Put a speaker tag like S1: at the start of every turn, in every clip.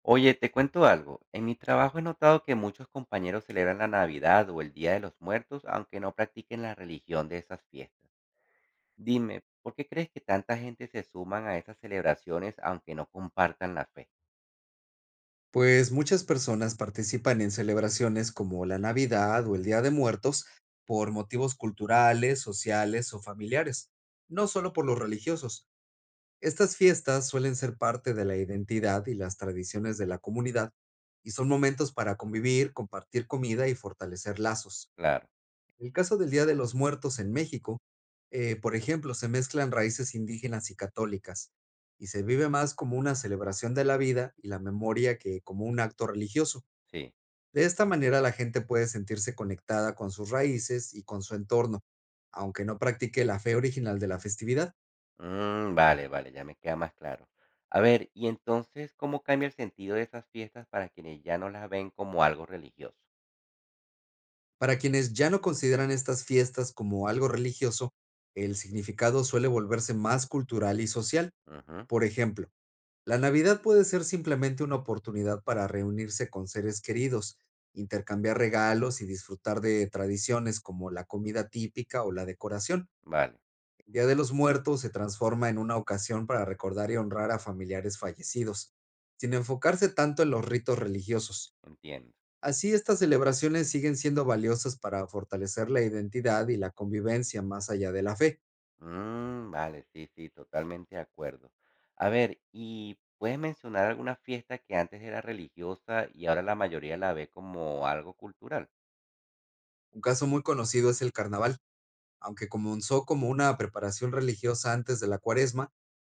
S1: Oye, te cuento algo. En mi trabajo he notado que muchos compañeros celebran la Navidad o el Día de los Muertos, aunque no practiquen la religión de esas fiestas. Dime, ¿por qué crees que tanta gente se suman a esas celebraciones aunque no compartan la fe?
S2: Pues muchas personas participan en celebraciones como la Navidad o el Día de Muertos por motivos culturales, sociales o familiares, no solo por los religiosos. Estas fiestas suelen ser parte de la identidad y las tradiciones de la comunidad y son momentos para convivir, compartir comida y fortalecer lazos.
S1: Claro,
S2: El caso del Día de los Muertos en México, por ejemplo, se mezclan raíces indígenas y católicas, y se vive más como una celebración de la vida y la memoria que como un acto religioso.
S1: sí.
S2: De esta manera, la gente puede sentirse conectada con sus raíces y con su entorno, aunque no practique la fe original de la festividad.
S1: Vale, vale, ya me queda más claro. A ver, y entonces, ¿cómo cambia el sentido de esas fiestas para quienes ya no las ven como algo religioso?
S2: Para quienes ya no consideran estas fiestas como algo religioso, el significado suele volverse más cultural y social.
S1: Ujú,
S2: Por ejemplo, la Navidad puede ser simplemente una oportunidad para reunirse con seres queridos, intercambiar regalos y disfrutar de tradiciones como la comida típica o la decoración.
S1: vale,
S2: El Día de los Muertos se transforma en una ocasión para recordar y honrar a familiares fallecidos, sin enfocarse tanto en los ritos religiosos.
S1: entiendo.
S2: Así, estas celebraciones siguen siendo valiosas para fortalecer la identidad y la convivencia más allá de la fe.
S1: Vale, sí, sí, totalmente de acuerdo. A ver, ¿y puedes mencionar alguna fiesta que antes era religiosa y ahora la mayoría la ve como algo cultural?
S2: Un caso muy conocido es el carnaval. Aunque comenzó como una preparación religiosa antes de la Cuaresma,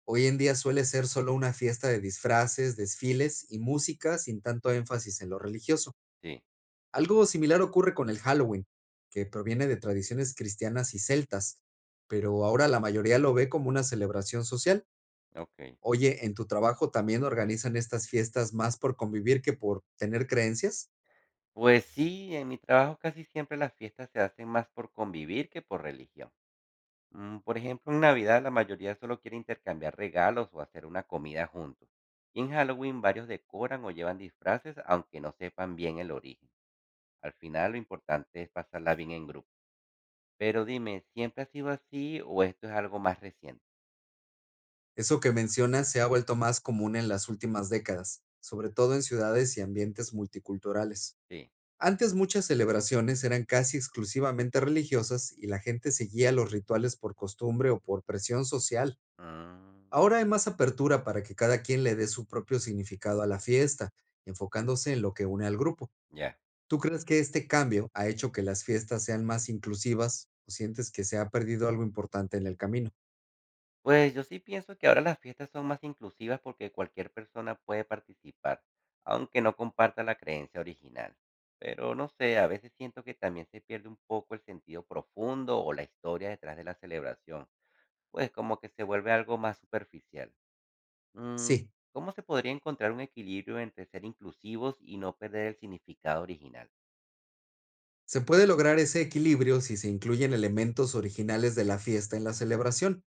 S2: hoy en día suele ser solo una fiesta de disfraces, desfiles y música, sin tanto énfasis en lo religioso.
S1: Sí,
S2: Algo similar ocurre con el Halloween, que proviene de tradiciones cristianas y celtas, pero ahora la mayoría lo ve como una celebración social.
S1: ok.
S2: Oye, ¿en tu trabajo también organizan estas fiestas más por convivir que por tener creencias?
S1: Pues sí, en mi trabajo casi siempre las fiestas se hacen más por convivir que por religión. Por ejemplo, en Navidad la mayoría solo quiere intercambiar regalos o hacer una comida juntos. Y en Halloween varios decoran o llevan disfraces aunque no sepan bien el origen. Al final lo importante es pasarla bien en grupo. Pero dime, ¿siempre ha sido así o esto es algo más reciente?
S2: Eso que mencionas se ha vuelto más común en las últimas décadas, sobre todo en ciudades y ambientes multiculturales.
S1: Sí.
S2: Antes, muchas celebraciones eran casi exclusivamente religiosas y la gente seguía los rituales por costumbre o por presión social.
S1: Mm,
S2: Ahora hay más apertura para que cada quien le dé su propio significado a la fiesta, enfocándose en lo que une al grupo.
S1: ya.
S2: ¿Tú crees que este cambio ha hecho que las fiestas sean más inclusivas o sientes que se ha perdido algo importante en el camino?
S1: Pues yo sí pienso que ahora las fiestas son más inclusivas porque cualquier persona puede participar, aunque no comparta la creencia original. Pero no sé, a veces siento que también se pierde un poco el sentido profundo o la historia detrás de la celebración, pues como que se vuelve algo más superficial. Mm,
S2: Sí,
S1: ¿Cómo se podría encontrar un equilibrio entre ser inclusivos y no perder el significado original?
S2: se puede lograr ese equilibrio si se incluyen elementos originales de la fiesta en la celebración,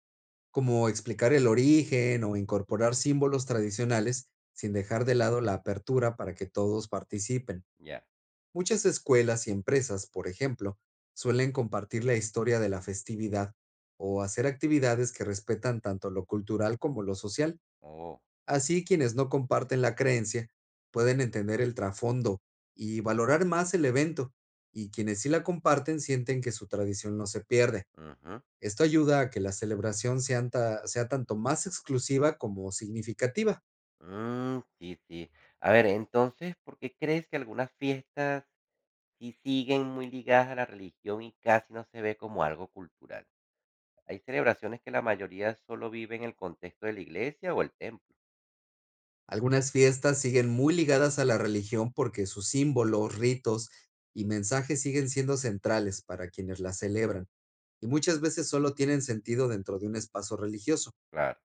S2: como explicar el origen o incorporar símbolos tradicionales, sin dejar de lado la apertura para que todos participen.
S1: Ya.
S2: Muchas escuelas y empresas, por ejemplo, suelen compartir la historia de la festividad o hacer actividades que respetan tanto lo cultural como lo social.
S1: Oh.
S2: Así, quienes no comparten la creencia pueden entender el trasfondo y valorar más el evento, y quienes sí la comparten sienten que su tradición no se pierde.
S1: Ujú.
S2: Esto ayuda a que la celebración sea tanto más exclusiva como significativa.
S1: Sí, sí. A ver, entonces, ¿por qué crees que algunas fiestas sí siguen muy ligadas a la religión y casi no se ve como algo cultural? Hay celebraciones que la mayoría solo vive en el contexto de la iglesia o el templo,
S2: Algunas fiestas siguen muy ligadas a la religión porque sus símbolos, ritos y mensajes siguen siendo centrales para quienes las celebran y muchas veces solo tienen sentido dentro de un espacio religioso.
S1: claro.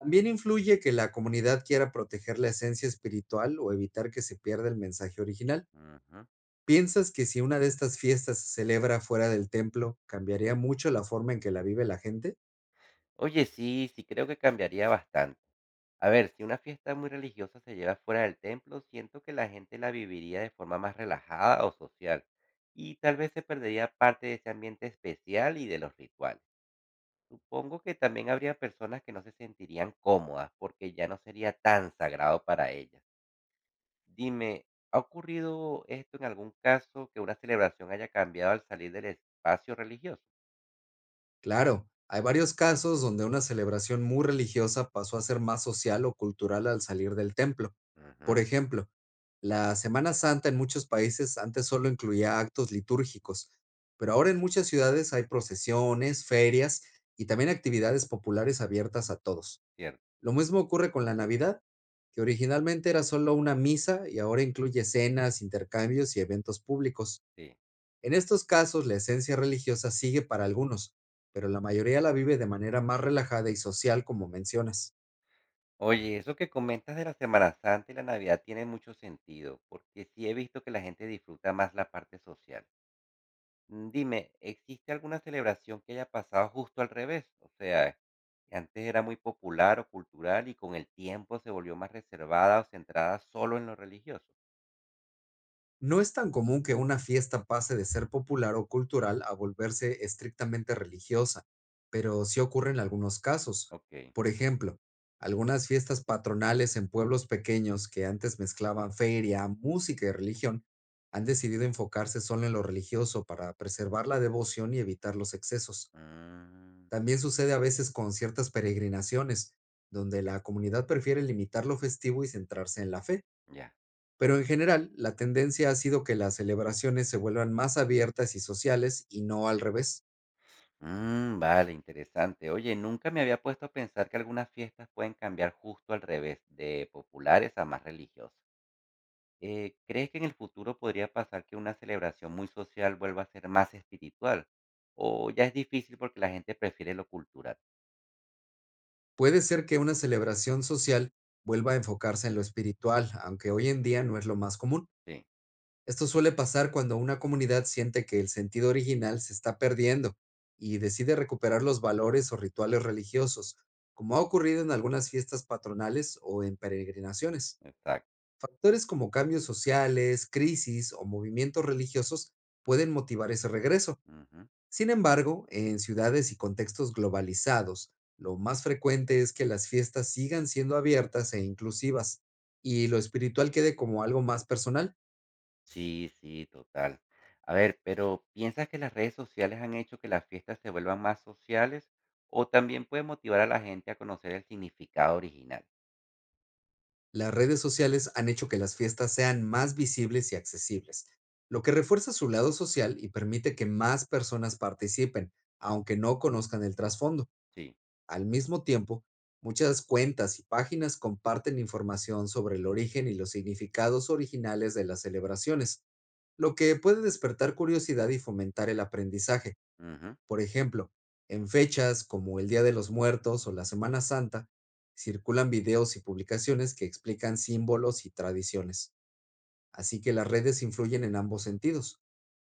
S2: También influye que la comunidad quiera proteger la esencia espiritual o evitar que se pierda el mensaje original.
S1: Ujú.
S2: ¿Piensas que si una de estas fiestas se celebra fuera del templo, cambiaría mucho la forma en que la vive la gente?
S1: Oye, sí, sí creo que cambiaría bastante. A ver, si una fiesta muy religiosa se lleva fuera del templo, siento que la gente la viviría de forma más relajada o social y tal vez se perdería parte de ese ambiente especial y de los rituales. Supongo que también habría personas que no se sentirían cómodas porque ya no sería tan sagrado para ellas. Dime, ¿ha ocurrido esto en algún caso que una celebración haya cambiado al salir del espacio religioso?
S2: Claro, hay varios casos donde una celebración muy religiosa pasó a ser más social o cultural al salir del templo. Por
S1: Ujú,
S2: ejemplo, la Semana Santa en muchos países antes solo incluía actos litúrgicos, pero ahora en muchas ciudades hay procesiones, ferias y también actividades populares abiertas a todos.
S1: cierto,
S2: Lo mismo ocurre con la Navidad, que originalmente era solo una misa y ahora incluye cenas, intercambios y eventos públicos.
S1: sí.
S2: En estos casos, la esencia religiosa sigue para algunos, pero la mayoría la vive de manera más relajada y social, como mencionas.
S1: Oye, eso que comentas de la Semana Santa y la Navidad tiene mucho sentido, porque sí he visto que la gente disfruta más la parte social. Dime, ¿existe alguna celebración que haya pasado justo al revés? O sea, que antes era muy popular o cultural y con el tiempo se volvió más reservada o centrada solo en lo religioso.
S2: No es tan común que una fiesta pase de ser popular o cultural a volverse estrictamente religiosa, pero sí ocurre en algunos casos.
S1: Ok.
S2: Por ejemplo, algunas fiestas patronales en pueblos pequeños, que antes mezclaban feria, música y religión, han decidido enfocarse solo en lo religioso para preservar la devoción y evitar los excesos.
S1: Mm,
S2: También sucede a veces con ciertas peregrinaciones, donde la comunidad prefiere limitar lo festivo y centrarse en la fe.
S1: ya.
S2: Pero en general, la tendencia ha sido que las celebraciones se vuelvan más abiertas y sociales, y no al revés.
S1: Vale, interesante. Oye, nunca me había puesto a pensar que algunas fiestas pueden cambiar justo al revés, de populares a más religiosas. ¿Crees que en el futuro podría pasar que una celebración muy social vuelva a ser más espiritual? ¿O ya es difícil porque la gente prefiere lo cultural?
S2: Puede ser que una celebración social vuelva a enfocarse en lo espiritual, aunque hoy en día no es lo más común.
S1: Sí.
S2: Esto suele pasar cuando una comunidad siente que el sentido original se está perdiendo y decide recuperar los valores o rituales religiosos, como ha ocurrido en algunas fiestas patronales o en peregrinaciones.
S1: Exacto.
S2: Factores como cambios sociales, crisis o movimientos religiosos pueden motivar ese regreso.
S1: Ujú.
S2: Sin embargo, en ciudades y contextos globalizados, lo más frecuente es que las fiestas sigan siendo abiertas e inclusivas, y lo espiritual quede como algo más personal.
S1: Sí, sí, total. A ver, pero ¿piensas que las redes sociales han hecho que las fiestas se vuelvan más sociales o también puede motivar a la gente a conocer el significado original?
S2: Las redes sociales han hecho que las fiestas sean más visibles y accesibles, lo que refuerza su lado social y permite que más personas participen, aunque no conozcan el trasfondo.
S1: Sí.
S2: Al mismo tiempo, muchas cuentas y páginas comparten información sobre el origen y los significados originales de las celebraciones, lo que puede despertar curiosidad y fomentar el aprendizaje.
S1: Ujú.
S2: Por ejemplo, en fechas como el Día de los Muertos o la Semana Santa, circulan videos y publicaciones que explican símbolos y tradiciones. Así que las redes influyen en ambos sentidos.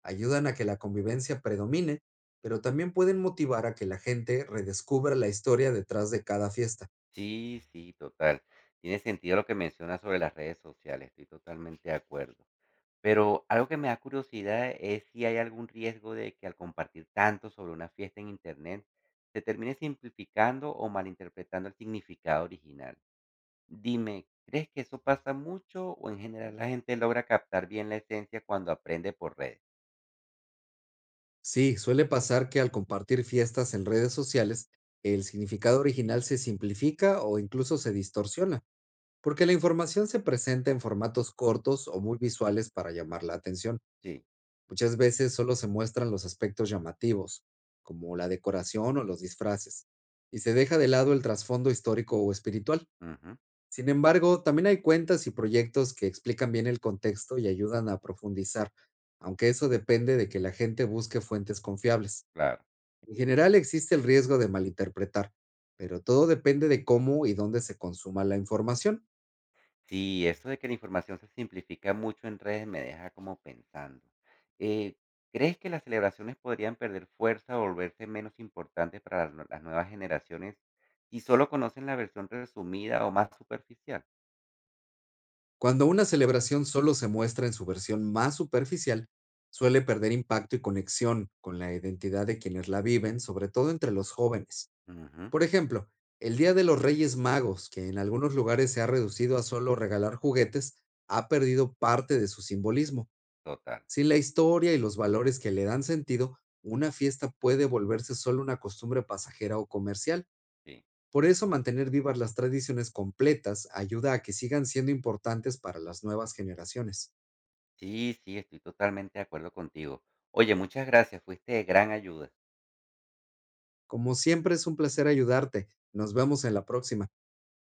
S2: Ayudan a que la convivencia predomine, pero también pueden motivar a que la gente redescubra la historia detrás de cada fiesta.
S1: Sí, sí, total. Tiene sentido lo que mencionas sobre las redes sociales, estoy totalmente de acuerdo. Pero algo que me da curiosidad es si hay algún riesgo de que al compartir tanto sobre una fiesta en internet se termine simplificando o malinterpretando el significado original. Dime, ¿crees que eso pasa mucho o en general la gente logra captar bien la esencia cuando aprende por redes?
S2: Sí, suele pasar que al compartir fiestas en redes sociales, el significado original se simplifica o incluso se distorsiona, porque la información se presenta en formatos cortos o muy visuales para llamar la atención.
S1: Sí,
S2: Muchas veces solo se muestran los aspectos llamativos, como la decoración o los disfraces, y se deja de lado el trasfondo histórico o espiritual.
S1: Ujú,
S2: Sin embargo, también hay cuentas y proyectos que explican bien el contexto y ayudan a profundizar, aunque eso depende de que la gente busque fuentes confiables.
S1: claro.
S2: En general, existe el riesgo de malinterpretar, pero todo depende de cómo y dónde se consuma la información.
S1: Sí, esto de que la información se simplifica mucho en redes me deja como pensando. Eh, ¿Crees que las celebraciones podrían perder fuerza o volverse menos importantes para las nuevas generaciones si solo conocen la versión resumida o más superficial?
S2: Cuando una celebración solo se muestra en su versión más superficial, suele perder impacto y conexión con la identidad de quienes la viven, sobre todo entre los jóvenes.
S1: Ujú,
S2: Por ejemplo, el Día de los Reyes Magos, que en algunos lugares se ha reducido a solo regalar juguetes, ha perdido parte de su simbolismo.
S1: total,
S2: Sin la historia y los valores que le dan sentido, una fiesta puede volverse solo una costumbre pasajera o comercial.
S1: sí.
S2: Por eso, mantener vivas las tradiciones completas ayuda a que sigan siendo importantes para las nuevas generaciones.
S1: Sí, sí, estoy totalmente de acuerdo contigo. Oye, muchas gracias, fuiste de gran ayuda.
S2: Como siempre, es un placer ayudarte. Nos vemos en la próxima.